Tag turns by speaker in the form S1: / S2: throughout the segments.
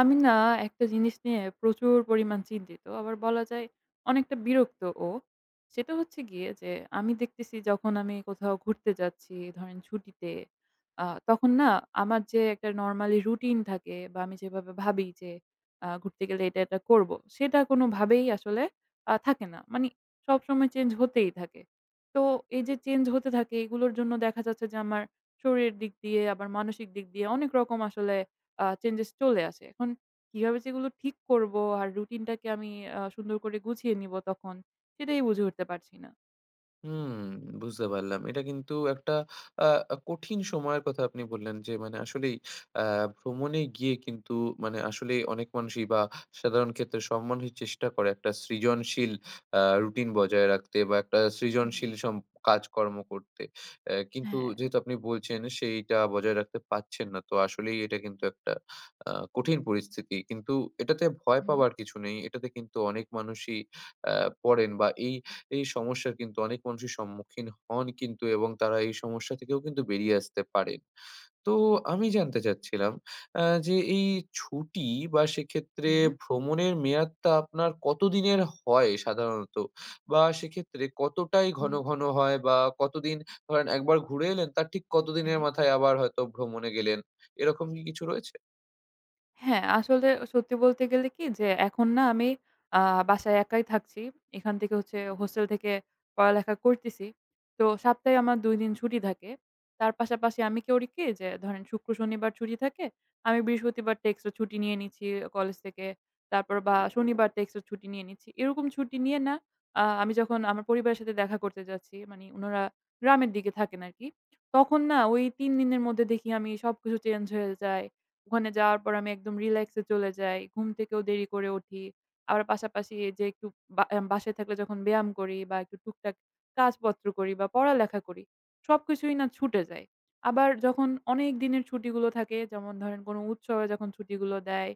S1: আমি না একটা জিনিস নিয়ে প্রচুর পরিমাণ চিন্তিত। আবার বলা যায় অনেকটা বিরক্তও। সেটা হচ্ছে গিয়ে যে আমি দেখতেছি যখন আমি কোথাও ঘুরতে যাচ্ছি ধরেন ছুটিতে, তখন না আমার যে একটা নরমালি রুটিন থাকে বা আমি যেভাবে ভাবি যে ঘুরতে গেলে এটা করব। সেটা কোনোভাবেই আসলে থাকে না। মানে সবসময় চেঞ্জ হতেই থাকে। তো এই যে চেঞ্জ হতে থাকে এগুলোর জন্য দেখা যাচ্ছে যে আমার শরীরের দিক দিয়ে আবার মানসিক দিক দিয়ে অনেক রকম আসলে চেঞ্জেস চলে আসে। এখন কিভাবে সেগুলো ঠিক করব আর রুটিনটাকে আমি সুন্দর করে গুছিয়ে নিব তখন সেটাই বুঝে উঠতে পারছি না।
S2: হুম, বুঝতে পারলাম। এটা কিন্তু একটা আ আ কঠিন সময়ের কথা আপনি বললেন, যে মানে আসলেই আ ভ্রমণে গিয়ে কিন্তু মানে আসলেই অনেক মানুষই বা সাধারণ ক্ষেত্রে সব মানুষই চেষ্টা করে একটা সৃজনশীল রুটিন বজায় রাখতে বা একটা
S1: হুম।
S2: সৃজনশীল কাজকর্ম করতে। কিন্তু
S1: হ্যাঁ।
S2: যেহেতু আপনি বলছেন সেইটা বজায় রাখতে পারছেন না, তো আসলেই এটা কিন্তু একটা কঠিন পরিস্থিতি। কিন্তু এটাতে ভয়
S1: হুম।
S2: পাওয়ার কিছু নেই। এটাতে কিন্তু অনেক মানুষই অ্যা পড়েন, বা এই এই সমস্যার কিন্তু অনেক মানুষই সম্মুখীন হন কিন্তু, এবং তারা এই সমস্যা থেকেও কিন্তু বেরিয়ে আসতে পারেন। তো
S1: হুম।
S2: আমি জানতে চাচ্ছিলাম যে এই ছুটি বা সেক্ষেত্রে
S1: হুম।
S2: ভ্রমণের মেয়াদটা আপনার কতদিনের হয় সাধারণত? বা সেক্ষেত্রে কতটাই ঘন,
S1: হুম।
S2: ঘন হয়, বা কতদিন, ধরেন, একবার ঘুরে এলেন তার ঠিক কতদিনের
S1: হ্যাঁ।
S2: মাথায় আবার হয়তো ভ্রমণে গেলেন? এরকম কি কিছু রয়েছে?
S1: হ্যাঁ, আসলে সত্যি বলতে গেলে কি যে এখন না আমি আ বাসায় একাই থাকছি। এখান থেকে হচ্ছে হোস্টেল থেকে পড়ালেখা করতেছি। তো সপ্তাহে আমার ২ দিন ছুটি থাকে। তার পাশাপাশি আমি কি করি কি যে ধরেন শুক্র, শনিবার ছুটি থাকে। আমি বৃহস্পতিবারটা এক্সট্রা ছুটি নিয়ে নিচ্ছি কলেজ থেকে। তারপর বা শনিবারটা এক্সট্রা ছুটি নিয়ে নিচ্ছি। এরকম ছুটি নিয়ে না আমি যখন আমার পরিবারের সাথে দেখা করতে যাচ্ছি মানে উনারা গ্রামের দিকে থাকেন আরকি। তখন না ওই ৩ দিনের মধ্যে দেখি আমি সবকিছু চেঞ্জ হয়ে যায়। ওখানে যাওয়ার পর আমি একদম রিল্যাক্স এ চলে যাই। ঘুম থেকেও দেরি করে উঠি। আবার পাশাপাশি এই যে একটু বা বাসায় থাকলে যখন ব্যায়াম করি বা একটু টুকটাক কাজপত্র করি বা পড়ালেখা করি, সবকিছুই না ছুটে যায়। আবার যখন অনেক দিনের ছুটিগুলো থাকে, যেমন ধরেন কোনো উৎসবে যখন ছুটিগুলো দেয়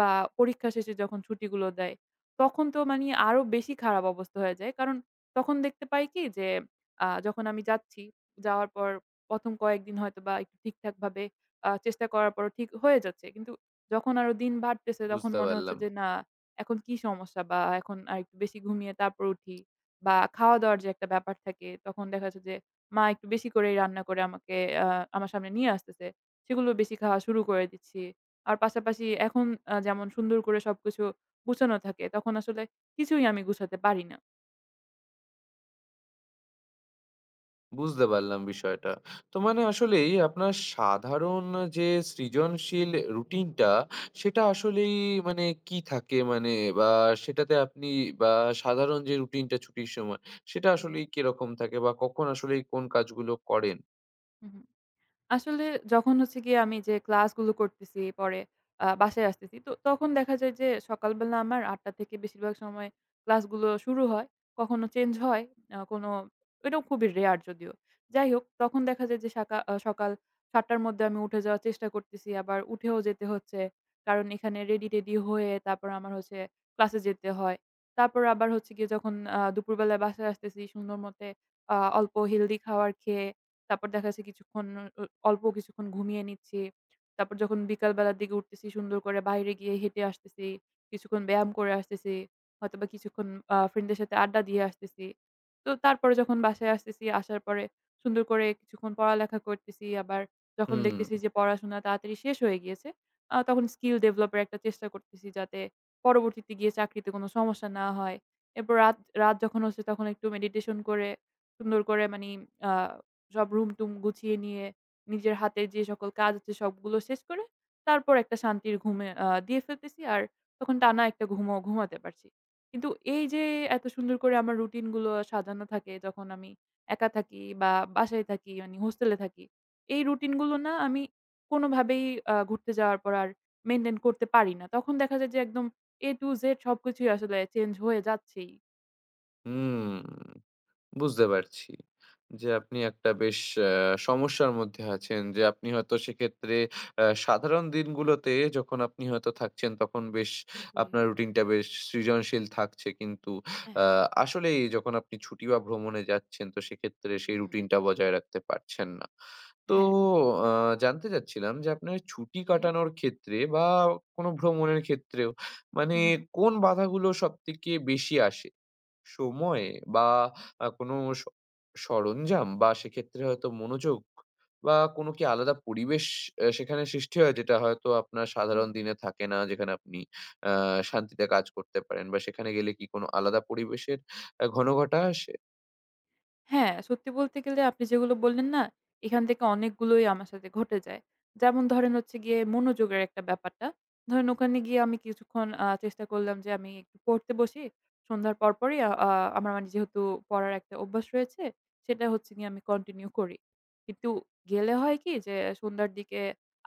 S1: বা পরীক্ষা শেষে যখন ছুটিগুলো দেয়, তখন তো মানি আরো বেশি খারাপ অবস্থা হয়ে যায়। কারণ তখন দেখতে পাই কি যে, যখন আমি যাচ্ছি, যাওয়ার পর ১ম কয়েকদিন হয়তোবা একটু ঠিকঠাকভাবে চেষ্টা করার পরও ঠিক হয়ে যাচ্ছে। কিন্তু যখন আরো দিন বাড়তেছে তখন
S2: বুঝতে
S1: মনে হচ্ছে
S2: পারলাম।
S1: যে না এখন কি সমস্যা বা এখন আরেকটু বেশি ঘুমিয়ে তারপর উঠি বা খাওয়া-দাওয়ার যে একটা ব্যাপার থাকে তখন দেখা যাচ্ছে যে মা একটু বেশি করেই রান্না করে আমাকে আ আমার সামনে নিয়ে আসতেছে। সেগুলো বেশি খাওয়া শুরু করে দিচ্ছি। আর পাশাপাশি এখন যেমন সুন্দর করে সবকিছু গুছানো থাকে তখন আসলে কিছুই আমি গুছাতে পারি না।
S2: বুঝতে পারলাম বিষয়টা। তো মানে আসলেই আপনার সাধারণ যে সৃজনশীল রুটিনটা, সেটা আসলেই মানে কি থাকে? মানে, বা সেটাতে আপনি, বা সাধারণ যে রুটিনটা ছুটির সময়, সেটা
S1: জি।
S2: আসলেই কিরকম থাকে? বা কখন আসলেই কোন কাজগুলো করেন?
S1: হুম, হুম। আসলে যখন হচ্ছে গিয়ে আমি যে ক্লাসগুলো করতেছি, পরে বাসায় আসতেছি। তো তখন দেখা যায় যে সকালবেলা আমার ৮:০০ থেকে বেশিরভাগ সময় ক্লাসগুলো শুরু হয়। কখনো চেঞ্জ হয়। আ কোনো এটাও খুবই রেয়ার যদিও। যাই হোক তখন দেখা যায় যে সাকা আ সকাল ৭:০০ র মধ্যে আমি উঠে যাওয়ার চেষ্টা করতেছি। আবার উঠেও যেতে হচ্ছে। কারণ এখানে রেডি-টেডি হয়ে তারপর আমার হচ্ছে ক্লাসে যেতে হয়। তারপর আবার হচ্ছে গিয়ে যখন দুপুরবেলায় বাসায় আসতেছি সুন্দর মতে অল্প হেলদি খাবার খেয়ে তারপর দেখা যাচ্ছে কিছুক্ষণ অ অল্প কিছুক্ষণ ঘুমিয়ে নিচ্ছি। তারপর যখন বিকাল বেলার দিকে উঠতেছি সুন্দর করে বাইরে গিয়ে হেঁটে আসতেছি। কিছুক্ষণ ব্যায়াম করে আসতেছি। হয়তোবা কিছুক্ষণ ফ্রেন্ডদের সাথে আড্ডা দিয়ে আসতেছি। তো তারপরে যখন বাসায় আসতেছি, আসার পরে সুন্দর করে কিছুক্ষণ পড়ালেখা করতেছি। আবার যখন
S2: হুম।
S1: দেখতেছি যে পড়াশোনা তাড়াতাড়ি শেষ হয়ে গিয়েছে, তখন স্কিল ডেভেলপ এর একটা চেষ্টা করতেছি যাতে পরবর্তীতে গিয়ে চাকরিতে কোনো সমস্যা না হয়। এরপর রাত রাত যখন হচ্ছে তখন একটু মেডিটেশন করে সুন্দর করে মানি আ সব রুম-টুম গুছিয়ে নিয়ে নিজের হাতে যে সকল কাজ আছে সবগুলো শেষ করে তারপর একটা শান্তির ঘুমে দিয়ে ফেলতেছি। আর তখন টানা একটা ঘুমও ঘুমাতে পারছি। কিন্তু এই যে এত সুন্দর করে আমার রুটিন গুলো সাজানো থাকে যখন আমি একা থাকি বা বাসায় থাকি মানে হোস্টেলে থাকি। এই রুটিন গুলো না আমি কোনোভাবেই ঘুরতে যাওয়ার পর আর মেইনটেইন করতে পারি না। তখন দেখা যায় যে একদম A to Z সবকিছুই আসলে চেঞ্জ হয়ে যাচ্ছেই।
S2: হুম। বুঝতে পারছি। যে আপনি একটা বেশ আ সমস্যার মধ্যে আছেন, যে আপনি হয়তো সেক্ষেত্রে সাধারণ দিনগুলোতে যখন আপনি হয়তো থাকছেন তখন বেশ
S1: জি।
S2: আপনার রুটিনটা বেশ সৃজনশীল থাকছে। কিন্তু আ
S1: হ্যাঁ,
S2: আসলেই যখন আপনি ছুটি বা ভ্রমণে যাচ্ছেন তো সেক্ষেত্রে সেই
S1: হুম,
S2: রুটিনটা বজায় রাখতে পারছেন না। তো
S1: হ্যাঁ।
S2: আ জানতে চাচ্ছিলাম যে আপনার ছুটি
S1: জি।
S2: কাটানোর ক্ষেত্রে বা কোনো ভ্রমণের ক্ষেত্রেও, মানে
S1: হুম।
S2: কোন বাধাগুলো সবথেকে বেশি আসে? সময়ে, বা কোনো স সরঞ্জাম, বা সেক্ষেত্রে হয়তো মনোযোগ, বা কোনো কি আলাদা পরিবেশ সেখানে সৃষ্টি হয় যেটা হয়তো আপনার সাধারণ
S1: হুম।
S2: দিনে থাকে না, যেখানে আপনি আ শান্তিতে কাজ করতে পারেন, বা সেখানে গেলে কি কোনো আলাদা পরিবেশের ঘনঘটা আসে?
S1: হ্যাঁ, সত্যি বলতে গেলে আপনি যেগুলো বললেন না, এখান থেকে অনেকগুলোই আমার সাথে ঘটে যায়। যেমন ধরেন হচ্ছে গিয়ে মনোযোগের একটা ব্যাপারটা। ধরেন ওখানে গিয়ে আমি কিছুক্ষণ চেষ্টা করলাম যে আমি একটু পড়তে বসি। সন্ধ্যার পরপরই আ আ আমার মানে যেহেতু পড়ার একটা অভ্যাস রয়েছে, সেটা হচ্ছে গিয়ে আমি কন্টিনিউ করি। কিন্তু গেলে হয় কি যে সন্ধ্যার দিকে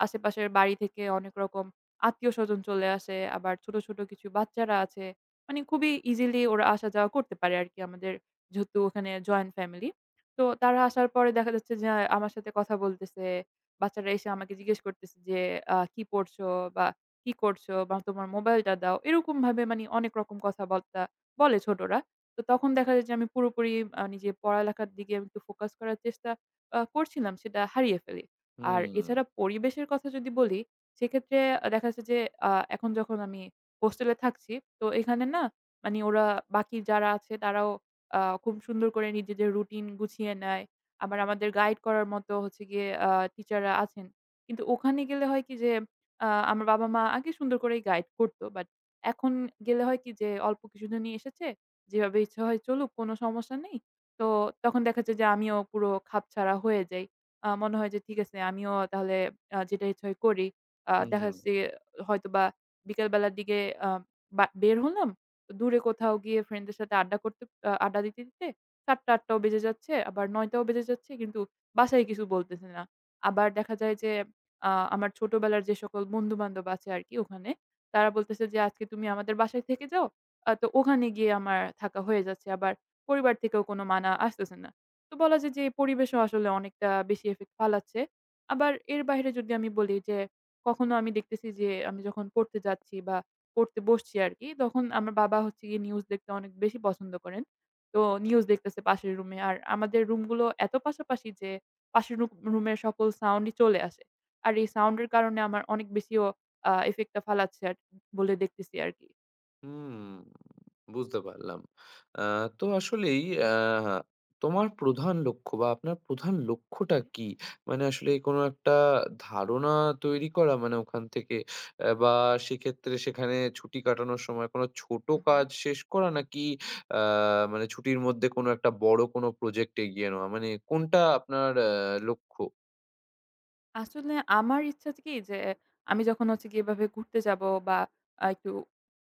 S1: আশেপাশের বাড়ি থেকে অনেক রকম আত্মীয়স্বজন চলে আসে। আবার ছোট, ছোট কিছু বাচ্চারা আছে। মানে খুবই ইজিলি ওরা আসা যাওয়া করতে পারে আরকি আমাদের যেহেতু ওখানে জয়েন্ট ফ্যামিলি। তো তারা আসার পরে দেখা যাচ্ছে যে আমার সাথে কথা বলতেছে। বাচ্চারা এসে আমাকে জিজ্ঞেস করতেছে যে, "কি পড়ছো?" বা "কি করছো?" বা "তোমার মোবাইলটা দাও।" এরকমভাবে মানে অনেক রকম কথাবার্তা বলে ছোটরা। তো তখন দেখা যায় যে আমি পুরোপুরি নিজে পড়ালেখার দিকে আমি একটু ফোকাস করার চেষ্টা করছিলাম, সেটা হারিয়ে ফেলি। আর
S2: হুম,
S1: এছাড়া পরিবেশের কথা যদি বলি, সেক্ষেত্রে দেখা যাচ্ছে যে আ এখন যখন আমি হোস্টেলে থাকছি, তো এখানে না মানে ওরা বাকি যারা আছে তারাও খুব সুন্দর করে নিজেদের রুটিন গুছিয়ে নেয়। আবার আমাদের গাইড করার মতো হচ্ছে গিয়ে টিচাররা আছেন। কিন্তু ওখানে গেলে হয় কি যে আমার বাবা-মা আগে সুন্দর করেই গাইড করত। বাট এখন গেলে হয় কি যে অল্প কিছুজনই এসেছে। যেভাবে ইচ্ছা হয় চলুক কোনো সমস্যা নেই। তো তখন দেখা যায় যে আমিও পুরো খাপছাড়া হয়ে যাই। মনে হয় যে ঠিক আছে আমিও তাহলে যেটা ইচ্ছা হয় করি। দেখা
S2: হুম।
S1: যাচ্ছে যে হয়তোবা বিকেল বেলার দিকে আ বা বের হলাম। দূরে কোথাও গিয়ে ফ্রেন্ডদের সাথে আড্ডা করতে আ আড্ডা দিতে, দিতে ৭:০০-৮:০০ ও বেজে যাচ্ছে, আবার ৯:০০ ও বেজে যাচ্ছে কিন্তু বাসায় কিছু বলতেছে না। আবার দেখা যায় যে আমার ছোটবেলার যে সকল বন্ধু-বান্ধব আছে আরকি ওখানে, তারা বলতেছে যে, "আজকে তুমি আমাদের বাসায় থেকে যাও।" তো ওখানে গিয়ে আমার থাকা হয়ে যাচ্ছে। আবার পরিবার থেকেও কোনো মানা আসতেছে না। তো বলা যায় যে এই পরিবেশও আসলে অনেকটা বেশি ইফেক্ট ফালাচ্ছে। আবার এর বাইরে যদি আমি বলি যে, কখনো আমি দেখতেছি যে আমি যখন পড়তে যাচ্ছি বা করতে বসছি আরকি। তখন আমার বাবা হচ্ছে গিয়ে নিউজ দেখতে অনেক বেশি পছন্দ করেন। তো নিউজ দেখতেছে পাশের রুমে। আর আমাদের রুমগুলো এত পাশাপাশি যে পাশের রুমের সকল সাউন্ডই চলে আসে। আর এই সাউন্ডের কারণে আমার অনেক বেশিও ইফেক্টটা ফালাচ্ছে আর বলে দেখতেছি আরকি।
S2: হুম, বুঝতে পারলাম। আ তো আসলেই আ তোমার প্রধান লক্ষ্য, বা আপনার প্রধান
S1: জি।
S2: লক্ষ্যটা কি? মানে আসলে কোনো একটা ধারণা তৈরি করা মানে ওখান থেকে, বা সেক্ষেত্রে সেখানে ছুটি কাটানোর সময় কোনো ছোট
S1: হুম।
S2: কাজ শেষ করা, নাকি আ মানে ছুটির মধ্যে কোনো একটা বড় কোনো প্রজেক্ট এগিয়ে নেওয়া? মানে কোনটা আপনার লক্ষ্য?
S1: আসলে আমার ইচ্ছা হচ্ছে কি যে আমি যখন হচ্ছে গিয়ে এভাবে ঘুরতে যাব বা একটু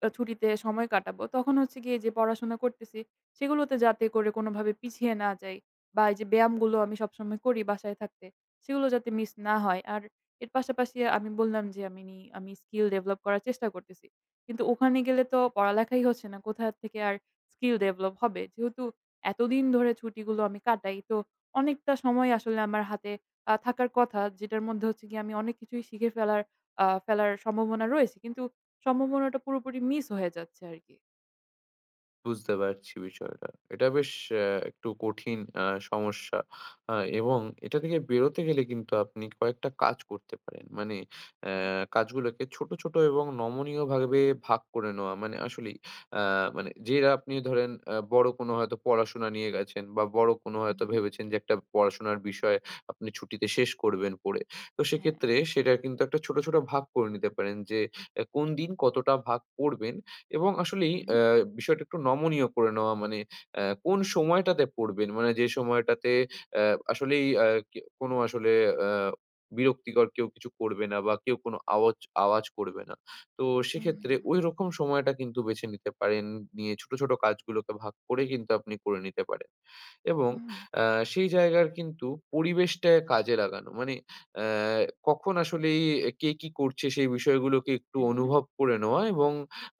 S1: ছুটিতে সময় কাটাবো, তখন হচ্ছে গিয়ে যে পড়াশোনা করতেছি সেগুলোতে যাতে করে কোনোভাবে পিছিয়ে না যাই বা এই যে ব্যায়ামগুলো আমি সবসময় করি বাসায় থাকতে, সেগুলো যাতে মিস না হয়। আর এর পাশাপাশি আমি বললাম যে আমি স্কিল ডেভেলপ করার চেষ্টা করতেছি। কিন্তু ওখানে গেলে তো পড়ালেখাই হচ্ছে না। কোথা থেকে আর স্কিল ডেভেলপ হবে? যেহেতু এতদিন ধরে ছুটিগুলো আমি কাটাই, তো অনেকটা সময় আসলে আমার হাতে থাকার কথা যেটার মধ্যে হচ্ছে গিয়ে আমি অনেক কিছুই শিখে ফেলার সম্ভাবনা রয়েছে। কিন্তু সম্ভাবনাটা পুরোপুরি মিস হয়ে যাচ্ছে আরকি।
S2: বুঝতে পারছি বিষয়টা। এটা বেশ আ একটু কঠিন সমস্যা। আ এবং এটা থেকে বেরোতে গেলে কিন্তু আপনি কয়েকটা কাজ করতে পারেন। মানে
S1: আচ্ছা।
S2: কাজগুলোকে ছোট, ছোট এবং নমনীয় ভাবে ভাগ করে নেওয়া। মানে আসলেই আ মানে, যেটা আপনি ধরেন বড় কোনো হয়তো পড়াশোনা নিয়ে গেছেন, বা বড় কোনো হয়তো
S1: উহু,
S2: ভেবেছেন যে একটা পড়াশোনার বিষয় আপনি ছুটিতে শেষ করবেন পড়ে। তো
S1: হ্যাঁ।
S2: সেক্ষেত্রে সেটা কিন্তু একটা ছোট, ছোট ভাগ করে নিতে পারেন, যে কোন দিন কতটা ভাগ পড়বেন, এবং আসলেই
S1: উহু,
S2: বিষয়টা একটু নমনীয় করে নেওয়া, মানে কোন সময়টাতে পড়বেন? মানে যে সময়টাতে আ আসলেই কে কোনো আসলে আ বিরক্তিকর কেউ কিছু করবে না, বা কেউ কোনো আওয়াজ আওয়াজ করবে না। তো সেক্ষেত্রে
S1: উহু,
S2: ঐরকম সময়টা কিন্তু বেছে নিতে পারেন। নিয়ে ছোট, ছোট কাজগুলোকে ভাগ করে কিন্তু আপনি করে নিতে পারেন। এবং
S1: উহু,
S2: আ সেই জায়গার কিন্তু পরিবেশটা কাজে লাগানো। মানে আ কখন আসলেই কে কি করছে সেই বিষয়গুলোকে একটু
S1: হ্যাঁ।
S2: অনুভব করে নেওয়া, এবং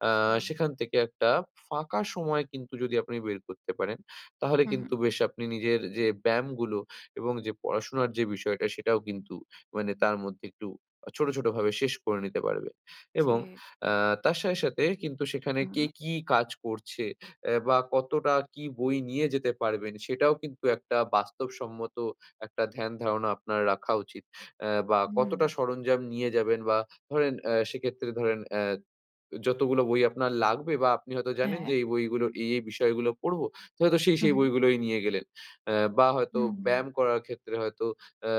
S2: আ
S1: জি,
S2: সেখান থেকে একটা ফাঁকা সময় কিন্তু যদি আপনি বের করতে পারেন, তাহলে
S1: উহু,
S2: কিন্তু বেশ আপনি নিজের যে ব্যায়ামগুলো এবং যে পড়াশোনার যে বিষয়টা, সেটাও কিন্তু মানে তার মধ্যে একটু ছোট, ছোট ভাবে শেষ করে নিতে পারবেন,
S1: জি,
S2: এবং আ তার সাথে, সাথে কিন্তু সেখানে কে
S1: উহু,
S2: কি কাজ করছে, বা কতটা কি বই নিয়ে যেতে পারবেন সেটাও কিন্তু একটা বাস্তবসম্মত একটা ধ্যান ধারণা আপনার রাখা উচিত। বা
S1: উহু,
S2: কতটা সরঞ্জাম নিয়ে যাবেন, বা ধরেন সেক্ষেত্রে ধরেন যতগুলো বই আপনার লাগবে, বা আপনি হয়তো জানেন
S1: হ্যাঁ।
S2: যে এই বইগুলো এই বিষয়গুলো পড়ব। তো হয়তো সেই
S1: উহু,
S2: বইগুলোই নিয়ে গেলেন। আ বা হয়তো
S1: উহু,
S2: ব্যায়াম করার ক্ষেত্রে হয়তো আ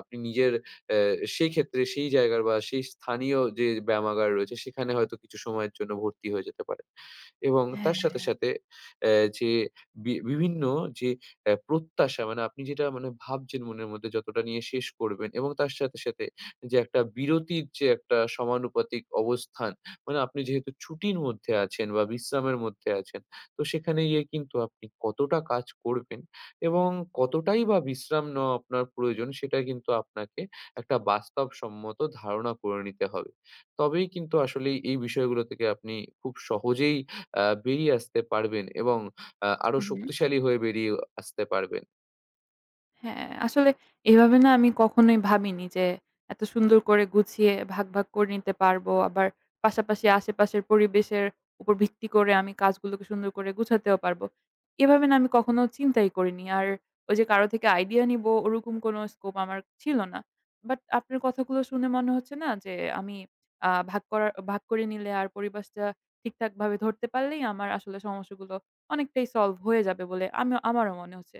S2: আপনি নিজের অ্যা সেই ক্ষেত্রে সেই জায়গার বা সেই স্থানীয় যে ব্যায়ামাগার রয়েছে সেখানে হয়তো কিছু সময়ের জন্য ভর্তি হয়ে যেতে পারেন। এবং তার
S1: হ্যাঁ,
S2: সাথে, সাথে যে বিভিন্ন যে প্রত্যাশা, মানে আপনি যেটা মানে ভাবছেন মনের মধ্যে যতটা নিয়ে শেষ করবেন, এবং তার সাথে, সাথে যে একটা বিরতির যে একটা সমানুপাতিক অবস্থান, মানে আপনি যেহেতু ছুটির মধ্যে আছেন বা বিশ্রামের মধ্যে আছেন, তো সেখানে গিয়ে কিন্তু আপনি কতটা কাজ করবেন এবং কতটাই বা বিশ্রাম নেওয়া আপনার প্রয়োজন, সেটা কিন্তু আপনাকে একটা বাস্তবসম্মত ধারণা করে নিতে হবে। তবেই কিন্তু আসলে এই বিষয়গুলো থেকে আপনি খুব সহজেই বেরিয়ে আসতে পারবেন, এবং আরো
S1: উহু।
S2: শক্তিশালী হয়ে বেরিয়ে আসতে পারবেন।
S1: হ্যাঁ, আসলে এভাবে না আমি কখনোই ভাবিনি যে এত সুন্দর করে গুছিয়ে ভাগ, ভাগ করে নিতে পারবো। আবার পাশাপাশি আশেপাশের পরিবেশের উপর ভিত্তি করে আমি কাজগুলোকে সুন্দর করে গুছাতেও পারবো। এভাবে না আমি কখনো চিন্তাই করিনি। আর ওই যে কারো থেকে আইডিয়া নিবো ওরকম কোনো স্কোপ আমার ছিল না। বাট আপনার কথাগুলো শুনে মনে হচ্ছে না যে আমি ভাগ করে নিলে আর পরিবেশটা ঠিকঠাকভাবে ধরতে পারলেই আমার আসলে সমস্যাগুলো অনেকটাই সলভ হয়ে যাবে বলে আমারও মনে হচ্ছে।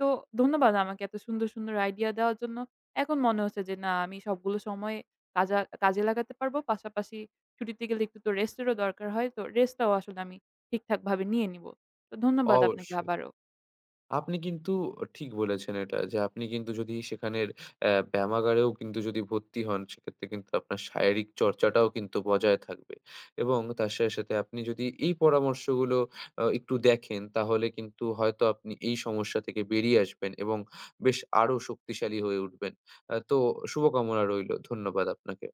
S1: তো ধন্যবাদ আমাকে এত সুন্দর, সুন্দর আইডিয়া দেওয়ার জন্য। এখন মনে হচ্ছে যে না আমি সবগুলো সময় কাজা কাজে লাগাতে পারবো। পাশাপাশি ছুটিতে গেলে একটু তো রেস্টেরও দরকার হয়। তো রেস্টটাও আসলে আমি ঠিকঠাকভাবে নিয়ে নিবো। তো ধন্যবাদ আপনাকে
S2: অবশ্যই।
S1: আবারও।
S2: আপনি কিন্তু ঠিক বলেছেন এটা, যে আপনি কিন্তু যদি সেখানের ব্যায়ামাগারেও কিন্তু যদি ভর্তি হন, সেক্ষেত্রে কিন্তু আপনার শারীরিক চর্চাটাও কিন্তু বজায় থাকবে, এবং তার সাথে, সাথে আপনি যদি এই পরামর্শগুলো একটু দেখেন, তাহলে কিন্তু হয়তো আপনি এই সমস্যা থেকে বেরিয়ে আসবেন, এবং বেশ আরো শক্তিশালী হয়ে উঠবেন। তো শুভকামনা রইলো। ধন্যবাদ আপনাকে।